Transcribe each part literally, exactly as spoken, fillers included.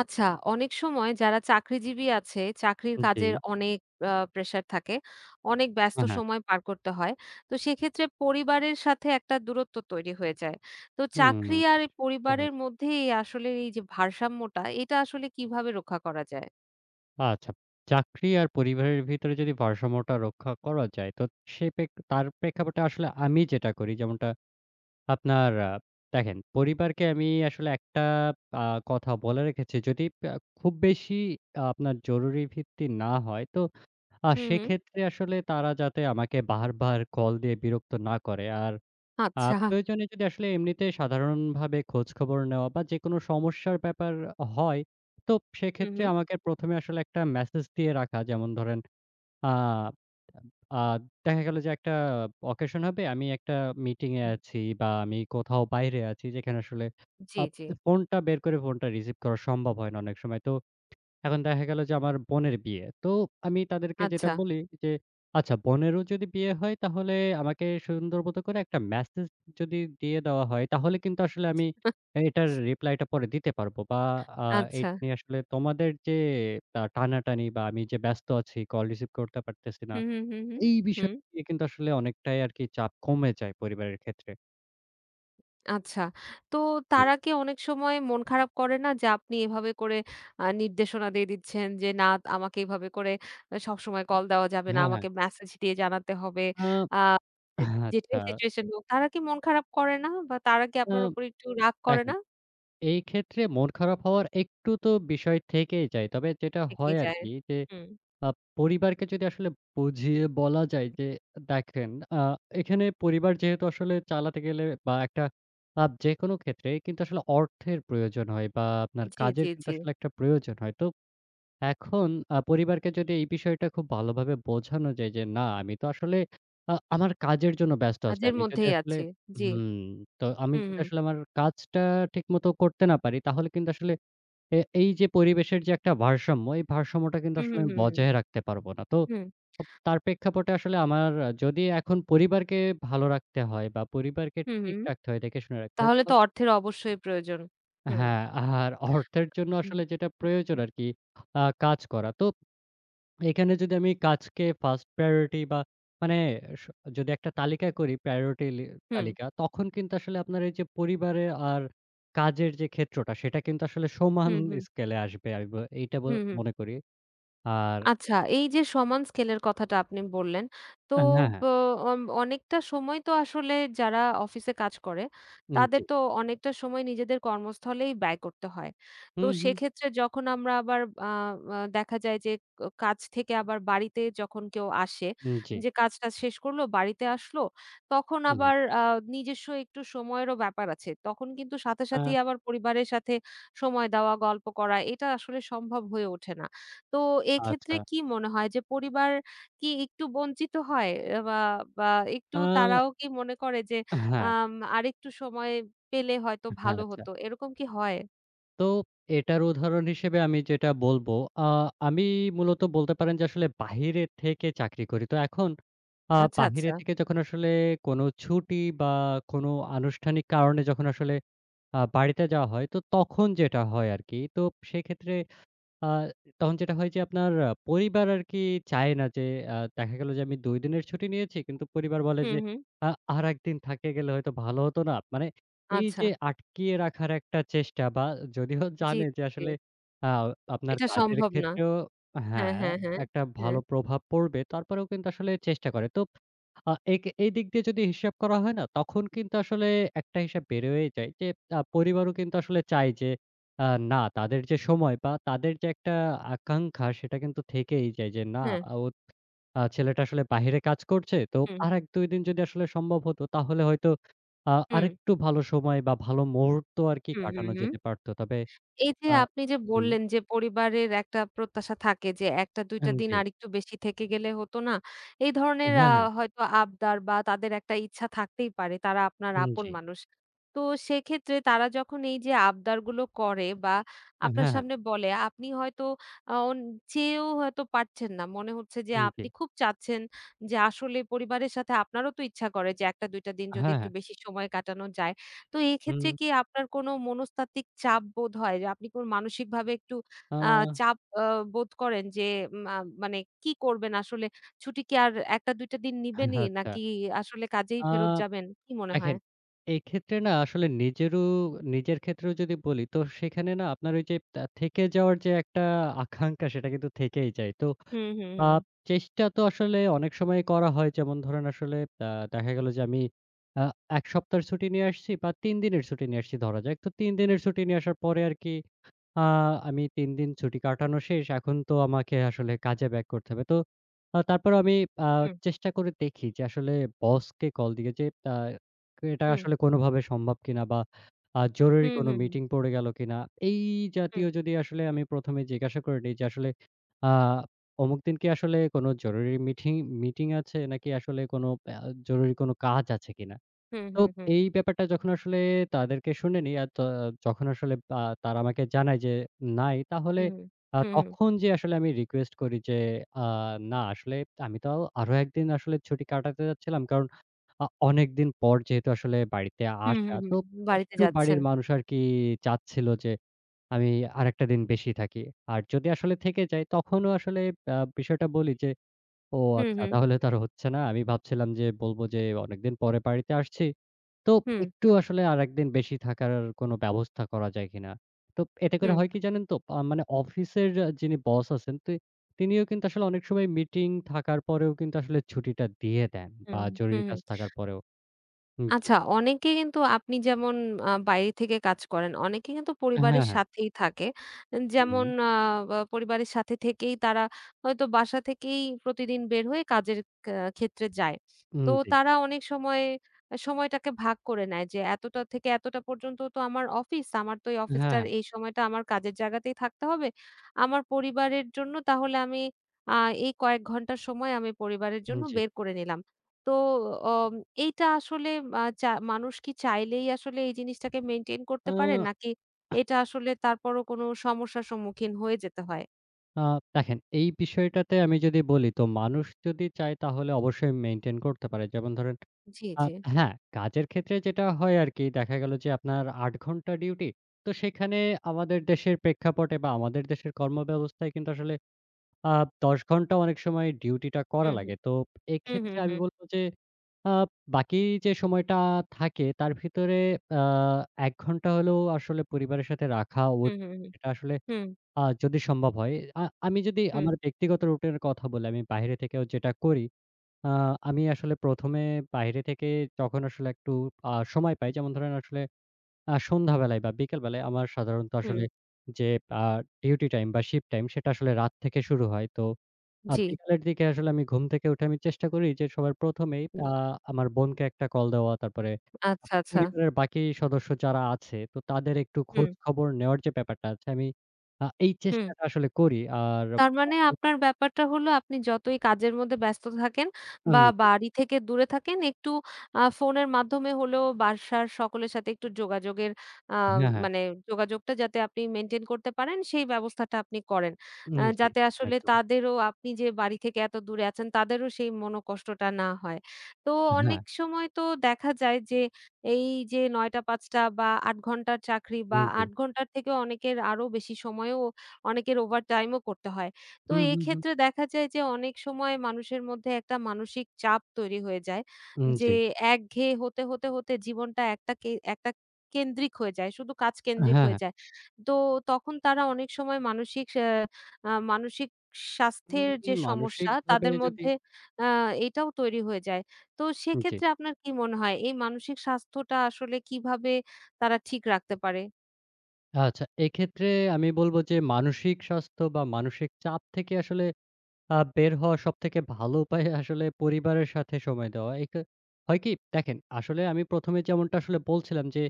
আচ্ছা, অনেক সময় যারা চাকরিজীবী আছে, চাকরির জি। কাজের অনেক আ প্রেশার থাকে। অনেক ব্যস্ত হ্যাঁ, হ্যাঁ। সময় পার করতে হয়। তো সেক্ষেত্রে পরিবারের সাথে একটা দূরত্ব তৈরি হয়ে যায়। তো হুম। চাকরি আর এই সেটা তো হয়। পরিবারের মধ্যে এই আসলে এই যে ভারসাম্যটা, এটা আসলে কিভাবে রক্ষা করা যায়? আচ্ছা। চাকরি আর পরিবারের ভিতরে যদি ভারসাম্যটা রক্ষা করা যায়, তো সে পেক তার প্রেক্ষাপটে আসলে আমি যেটা করি যেমনটা আপনার আ দেখেন পরিবারকে আমি আসলে একটা আ কথা বলে রেখেছি যদি আ খুব বেশি আ আপনার জরুরি ভিত্তি না হয়, তো আ হুম, হুম। সেক্ষেত্রে আসলে তারা যাতে আমাকে বারবার কল দিয়ে বিরক্ত না করে। আর আ আচ্ছা। প্রয়োজনে যদি আসলে এমনিতে সাধারণভাবে খোঁজখবর নেওয়া বা যেকোনো সমস্যার ব্যাপার হয়, তো হুম, সেক্ষেত্রে হুম। আমাকে ১ম এ আসলে একটা মেসেজ দিয়ে রাখা। যেমন ধরেন আ আ দেখা গেল যে একটা অকেশন হবে, আমি একটা মিটিং এ আছি বা আমি কোথাও বাইরে আছি যেখানে আসলে জি, আ জি। ফোনটা বের করে ফোনটা রিসিভ করা সম্ভব হয় না অনেক সময়। তো এখন দেখা গেল যে আমার বোনের বিয়ে। তো আমি তাদেরকে যেটা আচ্ছা। বলি যে, "আচ্ছা বোনেরও যদি বিয়ে হয় তাহলে আমাকে সুন্দর মতো করে একটা মেসেজ যদি দিয়ে দেওয়া হয় তাহলে কিন্তু আসলে আমি এটার রিপ্লাইটা পরে দিতে পারবো। বা আ আচ্ছা। এটা নিয়ে আসলে তোমাদের যে আ টানাটানি বা আমি যে ব্যস্ত আছি, কল রিসিভ করতে পারতেছি না, হুম, হুম, হুম, হুম। এই বিষয় হুম। নিয়ে কিন্তু আসলে অনেকটাই আরকি চাপ কমে যায় পরিবারের ক্ষেত্রে।" আচ্ছা। তো জি। তারা কি অনেক সময় মন খারাপ করে না? যে আপনি এভাবে করে আ নির্দেশনা দিয়ে দিচ্ছেন যে, "না, আমাকে এভাবে করে আ সবসময় কল দেওয়া যাবে না। হ্যাঁ, হ্যাঁ। আমাকে মেসেজ দিয়ে জানাতে হবে।" আ আ যে যেটাই আচ্ছা, সিচুয়েশন হোক, তারা কি মন খারাপ করে না? বা তারা কি আ আপনার উপর একটু রাগ করে দেখেন না? এই ক্ষেত্রে মন খারাপ হওয়ার একটু তো বিষয় থেকেই যায়। তবে যেটা হয় এগিয়ে যায়। আরকি যে, হুম। আ পরিবারকে যদি আসলে বুঝিয়ে বলা যায় যে, দেখেন আ এখানে পরিবার যেহেতু আসলে চালাতে গেলে বা একটা আ যেকোনো ক্ষেত্রেই কিন্তু আসলে অর্থের প্রয়োজন হয় বা আপনার জি, কাজের জি, কিন্তু জি। আসলে একটা প্রয়োজন হয়। তো এখন আ পরিবারকে যদি এই বিষয়টা খুব ভালোভাবে বোঝানো যায় যে, "না, আমি তো আসলে আ আমার কাজের জন্য ব্যস্ত আছি। কাজের আমি যদি মধ্যেই আসলে" আছি। জি। হুম, তো আমি হুম, যদি হুম। আসলে আমার কাজটা ঠিকমতো করতে না পারি, তাহলে কিন্তু আসলে এ এই যে পরিবেশের যে একটা ভারসাম্য, এই ভারসাম্যটা কিন্তু হুম, আসলে হুম, আমি হুম, হুম। বজায় রাখতে পারব না। তো হুম, তার প্রেক্ষাপটে আসলে আমার আহ, যদি এখন পরিবারকে ভালো রাখতে হয় বা পরিবারকে হুম, ঠিক হুম। রাখতে হয়, দেখে শুনে রাখতে হয়, তাহলে তাহলে তো অর্থের অবশ্যই প্রয়োজন। হুম। হ্যাঁ, আর অর্থের জন্য হুম, আসলে যেটা হুম, প্রয়োজন হুম, আরকি আ কাজ করা। তো এখানে যদি আমি কাজকে ফার্স্ট প্রায়োরিটি বা মানে স যদি একটা তালিকা করি প্রায়োরিটি লি হুম, তালিকা, তখন কিন্তু আসলে আপনার এই যে পরিবারে আর কাজের যে ক্ষেত্রটা সেটা কিন্তু আসলে সমান হুম, হুম, স্কেলে আসবে। আমি ব এইটা ব হুম। মনে করি। আর আচ্ছা, এই যে সমান স্কেলের কথাটা আপনি বললেন, তো হ্যাঁ, হ্যাঁ। হ্যাঁ, ব অম অনেকটা সময় তো আসলে যারা অফিসে কাজ করে, উম তাদের জি। তো অনেকটা সময় নিজেদের কর্মস্থলেই ব্যয় করতে হয়। তো হুম, হুম। সেক্ষেত্রে যখন আমরা আবার আ আ দেখা যায় যে ক কাজ থেকে আবার বাড়িতে যখন কেউ আসে, উম জি। যে কাজ-টাজ শেষ করলো, বাড়িতে আসলো, তখন হুম, হুম। আবার আ নিজস্ব একটু সময়েরও ব্যাপার আছে। তখন কিন্তু সাথে আ সাথেই আবার পরিবারের সাথে সময় দেওয়া, গল্প করা এটা আসলে সম্ভব হয়ে ওঠে না। তো এক্ষেত্রে আচ্ছা। কি মনে হয় যে পরিবার কি একটু বঞ্চিত হয়? আ বা বা আ একটু তারাও কি মনে করে যে হ্যাঁ, আম আরেকটু সময় পেলে হয়তো হ্যাঁ, ভালো আচ্ছা। হতো, এরকম কি হয়? তো এটার উদাহরণ হিসেবে আমি যেটা বলব, আ আমি মূলত বলতে পারেন যে আসলে বাহিরে থেকে চাকরি করি। তো এখন আ আচ্ছা, বাহিরে আচ্ছা। থেকে যখন আসলে কোনো ছুটি বা কোনো আনুষ্ঠানিক কারণে যখন আসলে আ বাড়িতে যাওয়া হয়, তো তখন যেটা হয় আরকি। তো সেক্ষেত্রে আ তখন যেটা হয় যে আপনার আ পরিবার আরকি চায় না যে আ দেখা গেল যে আমি দুই দিনের ছুটি নিয়েছি। কিন্তু পরিবার বলে যে হুম, হুম। আ আরেকদিন থাকে গেলে হয়তো ভালো হতো না? মানে এই আচ্ছা। যে আটকিয়ে রাখার একটা চেষ্টা বা যদিও জি, জানে যে জি। আসলে আ আপনার এটা কাজের সম্ভব না। ক্ষেত্রেও হ্যাঁ, হ্যাঁ, হ্যাঁ, হ্যাঁ। একটা হ্যাঁ, ভালো প্রভাব পড়বে। তারপরেও কিন্তু আসলে চেষ্টা করে। তো আ একে এই দিক দিয়ে যদি হিসাব করা হয় না, তখন কিন্তু আসলে একটা হিসাব বের হয়ে যায় যে, আ পরিবারও কিন্তু আসলে চায় যে, আ না তাদের যে সময় বা তাদের যে একটা আকাঙ্খা সেটা কিন্তু থেকেই যায় যে, না হ্যাঁ। আ ও আ ছেলেটা আসলে বাহিরে কাজ করছে। তো হুম, আরেক দুই দিন যদি আসলে সম্ভব হতো তাহলে হয়তো আ হুম, আরেকটু ভালো সময় বা ভালো মুহূর্ত আরকি হুম, হুম, কাটানো হুম। যেতে পারত। তবে এই যে আ আপনি যে হুম, বললেন যে পরিবারের একটা প্রত্যাশা থাকে যে এক টা দুই হুম, টা দিন জি। আরেকটু বেশি থেকে গেলে হতো না? এই ধরনের হ্যাঁ, আ হ্যাঁ। হয়তো আবদার বা তাদের একটা ইচ্ছা থাকতেই পারে। তারা আপনার হুম, আপন জি। মানুষ। তো সেক্ষেত্রে তারা যখন এই যে আবদারগুলো করে বা হ্যাঁ, আপনার হ্যাঁ। সামনে বলে আপনি হয়তো আ অন চেয়েও হয়তো পারছেন না। মনে হচ্ছে যে হুম, জি। আপনি খুব চাচ্ছেন যে আসলে পরিবারের সাথে আপনারও তো ইচ্ছা করে যে এক টা দুই টা দিন যদি হ্যাঁ, একটু হ্যাঁ। বেশি সময় কাটানো যায়। তো এক্ষেত্রে হুম, কি আপনার কোনো মনস্তাত্ত্বিক চাপ বোধ হয়? যে আপনি কোন মানসিকভাবে একটু আ আ চাপ আ বোধ করেন যে মা মানে কি করবেন আসলে? ছুটি কি আর এক টা দুই টা দিন নিবেনই আচ্ছা। নাকি আসলে কাজেই আ ফেরত যাবেন? কি মনে হয়? দেখেন, এক্ষেত্রে না আসলে নিজেরও নিজের ক্ষেত্রেও যদি বলি, তো সেখানে না আপনার ওই যে তা থেকে যাওয়ার যে একটা আকাঙ্ক্ষা সেটা কিন্তু থেকেই যায়। তো হুম, হুম, আ হুম, চেষ্টা তো আসলে অনেক সময় করা হয়। যেমন ধরেন আসলে আ দেখা গেল যে আমি আ এক সপ্তাহের ছুটি নিয়ে আসছি বা তিন দিনের ছুটি নিয়ে আসছি ধরা যাক। তো তিন দিনের ছুটি নিয়ে আসার পরে আরকি আ আমি তিন দিন ছুটি কাটানো শেষ। এখন তো আমাকে আসলে কাজে ব্যাক করতে হবে। তো আ তারপরেও আমি আ হুম, চেষ্টা করে দেখি যে আসলে বসকে কল দিয়ে যে আ এটা হুম, আসলে কোনোভাবে সম্ভব কিনা বা আ জরুরি হুম, কোনো হুম, মিটিং পড়ে গেল কিনা? এই হুম, জাতীয় যদি আসলে আমি প্রথম এ জিজ্ঞাসা করে নিই যে আসলে আ অমুক দিন কি আসলে কোনো জরুরি মিঠিং মিটিং আছে নাকি আসলে কোনো আ জরুরি কোনো কাজ আছে কিনা? হুম, হুম, তো হুম, হুম, এই ব্যাপারটা যখন আসলে তাদেরকে শুনে নিই আর ত যখন আসলে আ তারা আমাকে জানায় যে নাই, তাহলে হুম, হুম, আ হুম, হুম, তখন যে আসলে আমি রিকোয়েস্ট করি যে আ না আসলে আমি তো আরো একদিন আসলে ছুটি কাটাতে যাচ্ছিলাম। কারণ আ অনেকদিন পর যেহেতু আসলে বাড়িতে হুম, আসা, হুম, তো হুম। বাড়িতে একটু যাচ্ছেন। বাড়ির মানুষ আরকি চাচ্ছিল যে আমি আরেকটা দিন বেশি থাকি। আর যদি আসলে থেকে যাই তখনও আসলে আ বিষয়টা বলি যে ও হুম, আচ্ছা, হুম, তাহলে তো আর হচ্ছে না। আমি ভাবছিলাম যে বলব যে অনেকদিন পরে বাড়িতে আসছি। তো হুম, একটু আসলে আরেকদিন বেশি থাকার কোনো ব্যবস্থা করা যায় কিনা? তো এতে করে হুম, হয় কি জানেন তো আ মানে অফিসের আহ, যিনি বস আছেন তি তিনিও কিন্তু আসলে অনেক সময় মিটিং থাকার পরেও কিন্তু আসলে ছুটিটা দিয়ে দেন বা হুম, জরুরি হুম, হুম। কাজ থাকার পরেও। হুম, জি। আচ্ছা, অনেকে কিন্তু আপনি যেমন আ বাইরে থেকে কাজ করেন, অনেকে কিন্তু হ্যাঁ, পরিবারের হ্যাঁ। সাথেই থাকে। হুম, যেমন আ বা পরিবারের সাথে থেকেই তারা হয়তো বাসা থেকেই প্রতিদিন বের হয়ে কাজের কা ক্ষেত্রে যায়। হুম, তো জি। তারা অনেক সময় সময়টাকে ভাগ করে নেয় যে এতটা থেকে এতটা পর্যন্ত তো আমার অফিস, আমার তো এই হ্যাঁ, অফিসটার হ্যাঁ। এই সময়টা আমার কাজের জায়গাতেই থাকতে হবে। আমার পরিবারের জন্য তাহলে আমি আ এই কয়েক ঘন্টা সময় আমি পরিবারের হুম, জন্য জি। বের করে নিলাম। তো অম এইটা আসলে আ চা মানুষ কি চাইলেই আসলে এই জিনিসটাকে মেইনটেইন করতে আ পারে? নাকি এটা আসলে তারপরও কোনো সমস্যার সম্মুখীন হয়ে যেতে হয়? আ দেখেন এই বিষয়টাতে আমি যদি বলি তো মানুষ যদি চায় তাহলে অবশ্যই মেইনটেইন করতে পারে। যেমন ধরেন জি, আ জি। হ্যাঁ, কাজের ক্ষেত্রে যেটা হয় আরকি দেখা গেল যে আপনার আট ঘন্টা ডিউটি। তো সেখানে আমাদের দেশের প্রেক্ষাপটে বা আমাদের দেশের কর্মব্যবস্থায় কিন্তু আসলে আ দশ ঘন্টা অনেক সময় ডিউটিটা করা হুম, লাগে। হুম। তো হুম, এক্ষেত্রে হুম, আমি হুম। বলব যে আ বাকি যে সময়টা থাকে তার ভিতরে আ এক ঘন্টা হলেও আসলে পরিবারের সাথে রাখা উচ হুম, হুম, হুম। এটা আসলে হুম, আ যদি সম্ভব হয়। আ আমি যদি হুম, আমার ব্যক্তিগত রুটিনের কথা বলি, আমি বাইরে থেকেও যেটা করি আ আমি আসলে ১ম এ বাইরে থেকে যখন আসলে একটু আ সময় পাই, যেমন ধরেন আসলে আ সন্ধ্যাবেলায় বা বিকেলবেলায় আমার সাধারণত হুম। হুম। আসলে যে আ ডিউটি টাইম বা শিফট টাইম সেটা আসলে রাত থেকে শুরু হয়। তো আ জি। বিকালের দিকে আসলে আমি ঘুম থেকে উঠে আমি চেষ্টা করি যে সবার প্রথম এই হুম। আ আমার বোনকে একটা কল দেওয়া, তারপরে আ আচ্ছা, আচ্ছা। পরিবারের বাকি সদস্য যারা আছে তো তাদের একটু হুম, খোঁজ খবর নেওয়ার যে ব্যাপারটা আছে আমি আ এই হুম। চেষ্টাটা আসলে করি। আর তার মানে আপনার ব্যাপারটা হলো আপনি যতই কাজের মধ্যে ব্যস্ত থাকেন উম বা জি। বাড়ি থেকে দূরে থাকেন একটু আ ফোনের মাধ্যমে হলেও বাসার সকলের সাথে একটু যোগাযোগের আ হ্যাঁ, হ্যাঁ। মানে যোগাযোগটা যাতে আপনি মেইনটেইন করতে পারেন সেই ব্যবস্থাটা আপনি করেন। উম আ জি, যাতে আসলে একদম। তাদেরও আপনি যে বাড়ি থেকে এত দূরে আছেন তাদেরও সেই মনোকষ্টটা না হয়। তো হ্যাঁ। অনেক সময় তো দেখা যায় যে এই যে নয়টা থেকে পাঁচটা টা বা আট ঘন্টার চাকরি বা উম জি। আট ঘন্টার থেকেও অনেকের আরো বেশি সময়ও অনেকের ওভারটাইমও করতে হয়। তো হুম, হুম, হুম। এক্ষেত্রে দেখা যায় যে অনেক সময় মানুষের মধ্যে একটা মানসিক চাপ তৈরি হয়ে যায়। উম যে জি। একঘেয়ে হতে, হতে, হতে জীবনটা একটা কে একটা কেন্দ্রিক হয়ে যায়। শুধু কাজ কেন্দ্রিক হ্যাঁ, হয়ে হ্যাঁ। যায়। তো তখন তারা অনেক সময় মানসিক সা আ মানসিক স্বাস্থ্যের উম যে সমস্যা মানসিকভাবে তাদের যদি মধ্যে আ এটাও তৈরি হয়ে যায়। তো জি। সেক্ষেত্রে আপনার কি মনে হয় এই মানসিক স্বাস্থ্যটা আসলে কিভাবে তারা ঠিক রাখতে পারে? আচ্ছা, এক্ষেত্রে আমি বলব যে মানসিক স্বাস্থ্য বা মানসিক চাপ থেকে আসলে আ বের হওয়া সবথেকে ভালো উপায় আসলে পরিবারের সাথে সময় দেওয়া। এটা হয় কি? দেখেন, আসলে আমি ১ম এ যেমনটা আসলে বলছিলাম যে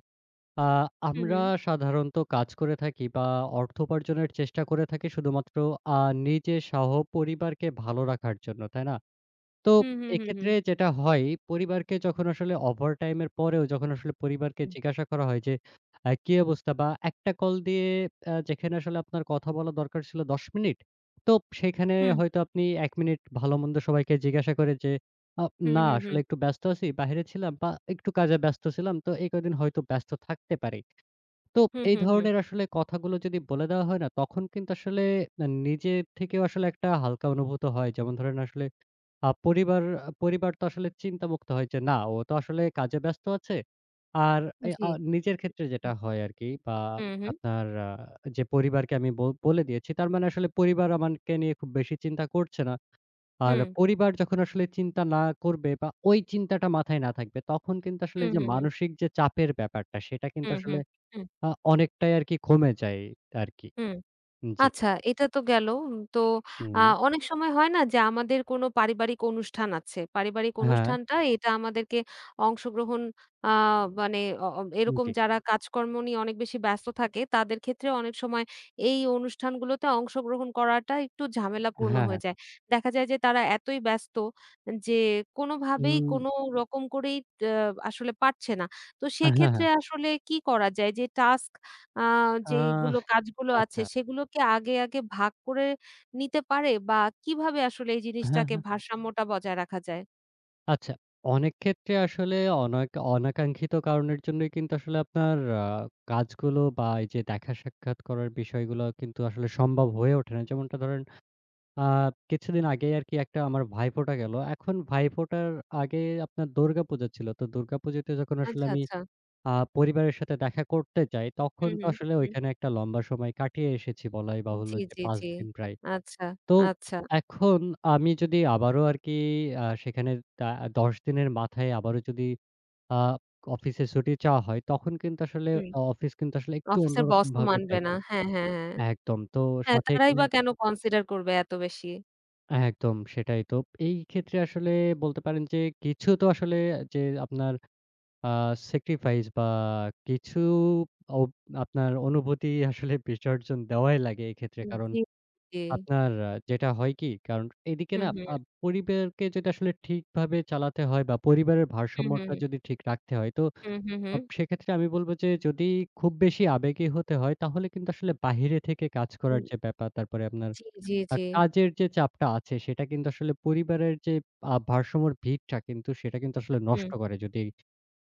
আ হু, হু। আমরা সাধারণত কাজ করে থাকি বা অর্থ উপার্জনের চেষ্টা করে থাকি শুধুমাত্র আ নিজে সহ পরিবারকে ভালো রাখার জন্য, তাই না? তো হু, হু, হু, হু। এক্ষেত্রে যেটা হয়, পরিবারকে যখন আসলে ওভারটাইম এর পরেও যখন আসলে পরিবারকে হুম। জিজ্ঞাসা করা হয় যে, আ "কি অবস্থা?" বা একটা কল দিয়ে আ যেখানে আসলে আপনার কথা বলা দরকার ছিল দশ মিনিট, তো সেখানে হুম, হয়তো আপনি এক মিনিট ভালো-মন্দ সবাইকে জিজ্ঞাসা করে যে, আ হু, "না, হু, হু। আসলে একটু ব্যস্ত আছি, বাহিরে ছিলাম বা একটু কাজে ব্যস্ত ছিলাম। তো এই কয়দিন হয়তো ব্যস্ত থাকতে পারি।" তো হু, এই হু, হু। ধরনের আসলে কথাগুলো যদি বলে দেওয়া হয় না, তখন কিন্তু আসলে আ নিজে থেকেও আসলে একটা হালকা অনুভূত হয়। যেমন ধরেন আসলে আ পরিবার পরিবার তো আসলে চিন্তামুক্ত হয় যে, না ও তো আসলে কাজে ব্যস্ত আছে। আর এ আ জি। নিজের ক্ষেত্রে যেটা হুম, হয় আরকি বা হুম, আপনার আ যে পরিবারকে আমি ব বলে দিয়েছি, তার মানে আসলে পরিবার আমাকে নিয়ে খুব বেশি চিন্তা করছে না। আর হুম, পরিবার যখন আসলে চিন্তা না করবে বা ওই চিন্তাটা মাথায় না থাকবে, তখন কিন্তু আসলে হুম, যে হুম, হুম, মানসিক যে চাপের ব্যাপারটা, সেটা কিন্তু হুম, হুম, আসলে হুম, হুম, হুম, আ অনেকটাই আরকি কমে যায় আরকি। হুম। জি। আচ্ছা, এটা তো গেল। উম তো আ হুম। অনেক সময় হয় না যে আমাদের কোনো পারিবারিক অনুষ্ঠান আছে। পারিবারিক হ্যাঁ, অনুষ্ঠানটা এটা আমাদেরকে অংশগ্রহণ আ মানে অ অ এরকম জি। যারা কাজকর্ম নিয়ে অনেক বেশি ব্যস্ত থাকে তাদের ক্ষেত্রে অনেক সময় এই অনুষ্ঠানগুলোতে অংশগ্রহণ করাটা একটু ঝামেলাপূর্ণ হ্যাঁ, হয়ে হ্যাঁ। যায়। দেখা যায় যে তারা এতই ব্যস্ত যে কোনোভাবেই উম কোনো রকম করেই ট আসলে পারছে না। তো হ্যাঁ, সেক্ষেত্রে হ্যাঁ। আসলে কি করা যায় যে টাস্ক আ আহ যেগুলো কাজগুলো আছে আচ্ছা। সেগুলোকে আগে, আগে ভাগ করে নিতে পারে বা কিভাবে আসলে এই হ্যাঁ, জিনিসটাকে হ্যাঁ। ভারসাম্যটা বজায় রাখা যায়? আচ্ছা। অনেক ক্ষেত্রে আসলে অনাক অনাকাঙ্ক্ষিত কারণের জন্যই কিন্তু আসলে আপনার আ কাজগুলো বা এই যে দেখা সাক্ষাৎ করার বিষয়গুলো কিন্তু আসলে সম্ভব হয়ে ওঠে না। যেমনটা ধরেন আ কিছুদিন আগেই আরকি একটা আমার ভাইফোঁটা গেল। এখন ভাইফোঁটার আগে আপনার দুর্গাপূজা ছিল। তো দুর্গাপূজাতে যখন আসলে আচ্ছা, আমি আচ্ছা। আ পরিবারের সাথে দেখা করতে যাই, তখন হুম, তো হুম, আসলে হুম। ওইখানে একটা লম্বা সময় কাটিয়ে এসেছি বলাই বাহুল্য জি, যে জি, পাঁচ জি। দিন প্রায়। আচ্ছা, তো আচ্ছা। এখন আমি যদি আবারও আরকি আ সেখানে দা দশ দিনের মাথায় আবারও যদি আ অফিসে ছুটি চাওয়া হয়, তখন কিন্তু আসলে হুম। অ অফিস কিন্তু আসলে একটু অফিসের বসও অন্যরকমভাবে মানবে না। দেখে হ্যাঁ, হ্যাঁ, হ্যাঁ। একদম। তো হ্যাঁ, সাথে তারাই এখানে বা কেন কনসিডার করবে এত বেশি? একদম সেটাই তো। এই ক্ষেত্রে আসলে বলতে পারেন যে কিছু তো আসলে যে আপনার আ স্যাক্রিফাইস বা কিছু অব আপনার অনুভূতি আসলে বিসর্জন দেওয়াই লাগে এক্ষেত্রে। কারণ জি, জি। আপনার আহ, যেটা হয় কি, কারণ এদিকে হুম, না হুম, আ পরিবারকে যদি আসলে ঠিকভাবে চালাতে হয় বা পরিবারের হুম, হুম, ভারসাম্যটা যদি ঠিক রাখতে হয়, তো হুম, হুম, আ হুম, সেক্ষেত্রে আমি বলব যে যদি খুব বেশি আবেগী হতে হয়, তাহলে কিন্তু আসলে বাহিরে থেকে কাজ করার হুম। যে ব্যাপার, তারপরে আপনার জি, জি, আ জি। কাজের যে চাপটা আছে, সেটা কিন্তু আসলে পরিবারের যে আ ভারসাম্যর ভিতটা কিন্তু সেটা কিন্তু আসলে নষ্ট হুম, করে যদি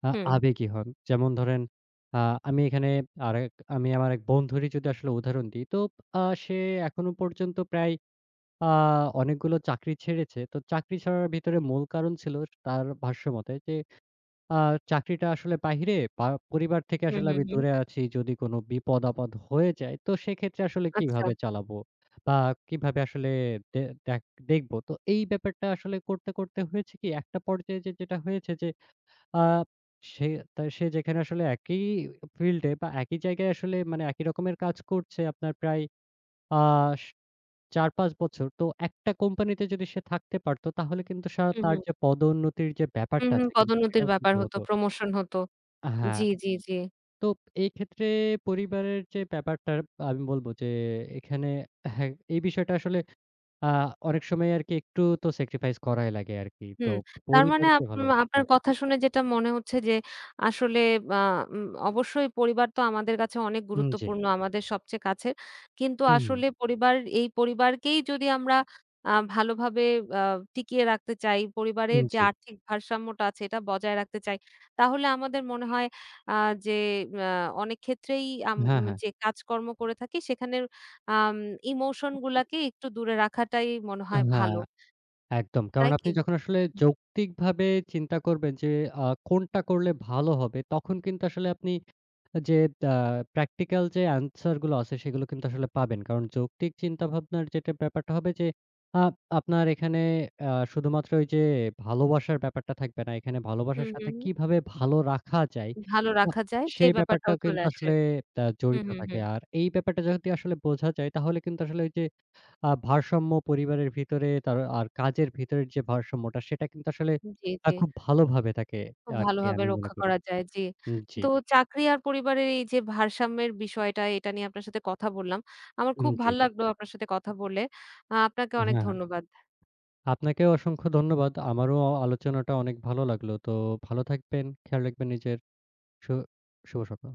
আ হুম, আবেগী হন। যেমন ধরেন আ আমি এখানে আরেক আমি আমার এক বন্ধুরই যদি আসলে উদাহরণ দিই, তো আ সে এখনো পর্যন্ত প্রায় আ অনেকগুলো চাকরি ছেড়েছে। তো চাকরি ছাড়ার ভিতরে মূল কারণ ছিল তার ভাষ্যমতে যে আ চাকরিটা আসলে বাহিরে বা পরিবার থেকে হুম, আসলে হুম, আমি হুম। দূরে আছি। যদি কোনো বিপদ-আপদ হয়ে যায় তো সেক্ষেত্রে আসলে আচ্ছা। কিভাবে চালাবো বা কিভাবে আসলে দে দেখ দেখবো। তো এই ব্যাপারটা আসলে করতে, করতে হয়েছে কি একটা পর্যায়ে যে যেটা হয়েছে যে আ সে তা সে যেখানে আসলে একই ফিল্ডে বা একই জায়গায় আসলে মানে একই রকমের কাজ করছে আপনার প্রায় আ স চার পাঁচ বছর। তো একটা কোম্পানিতে যদি সে থাকতে পারতো তাহলে কিন্তু সা হুম, তার হুম, যে পদোন্নতির যে হুম, ব্যাপারটা হুম। আছে কিন্তু পদোন্নতির সেটাও কিন্তু ব্যাপার হতো, হতো। প্রমোশন হতো। হ্যাঁ, জি, জি, জি। তো এই ক্ষেত্রে পরিবারের যে ব্যাপারটা আমি বলব যে এখানে হ্যাঁ, এই বিষয়টা আসলে আ অনেক সময় আরকি একটু তো স্যাক্রিফাইস করাই লাগে আরকি। তো হুম। তার মানে পরিবারকে আপ ভালো উম, রাখার আপনার জন্য। কথা শুনে যেটা মনে হচ্ছে যে আসলে আ উম অবশ্যই পরিবার তো আমাদের কাছে অনেক উম জি। গুরুত্বপূর্ণ, আমাদের সবচেয়ে কাছের। কিন্তু হুম, আসলে পরিবার এই পরিবারকেই যদি আমরা আ ভালোভাবে আ টিকিয়ে রাখতে চাই, হুম। পরিবারের যে জি। আর্থিক ভারসাম্যটা আছে এটা বজায় রাখতে চাই, তাহলে আমাদের মনে হয় আ যে আ অনেক ক্ষেত্রেই আম হ্যাঁ, উম, হ্যাঁ। যে কাজকর্ম করে থাকি সেখানের আম ইমোশন গুলাকে একটু দূরে রাখাটাই মনে হয় হ্যাঁ, ভালো। একদম। কারণ তাই আপনি কি? যখন আসলে হুম, যৌক্তিকভাবে চিন্তা করবেন যে আ কোনটা করলে ভালো হবে, তখন কিন্তু আসলে আপনি যে আ প্র্যাকটিক্যাল যে অ্যান্সার গুলো আছে সেগুলো কিন্তু আসলে পাবেন। কারণ যৌক্তিক চিন্তাভাবনার যেটা ব্যাপারটা হবে যে আ আপনার এখানে আ শুধুমাত্র ওই যে ভালোবাসার ব্যাপারটা থাকবে না। এখানে ভালোবাসার হুম, সাথে হুম, হুম। কিভাবে ভালো রাখা যায় ভালো আ রাখা যায় সেই সেই ব্যাপারটাও ব্যাপারটাও চলে কিন্তু আসে। আসলে আ হুম, জড়িত হুম, থাকে। হুম। আর এই ব্যাপারটা যদি আসলে বোঝা যায় তাহলে কিন্তু আসলে ওই যে আ ভারসাম্য পরিবারের ভিতরে তার আর কাজের ভিতরের যে ভারসাম্যটা সেটা কিন্তু আসলে জি, আ জি। খুব ভালোভাবে থাকে খুব আরকি ভালোভাবে আমি মনে রক্ষা করি। করা যায়। জি। উম জি, তো চাকরি আর পরিবারের এই যে ভারসাম্যের বিষয়টা এটা নিয়ে আপনার সাথে কথা বললাম। আমার উম খুব জি। ভাল লাগলো আপনার সাথে কথা বলে। আ আপনাকে অনেক হ্যাঁ, হ্যাঁ। ধন্যবাদ। আপনাকেও অসংখ্য ধন্যবাদ। আমারও আলোচনাটা অনেক ভালো লাগলো। তো ভালো থাকবেন, খেয়াল রাখবেন নিজের। শু শুভ সকাল।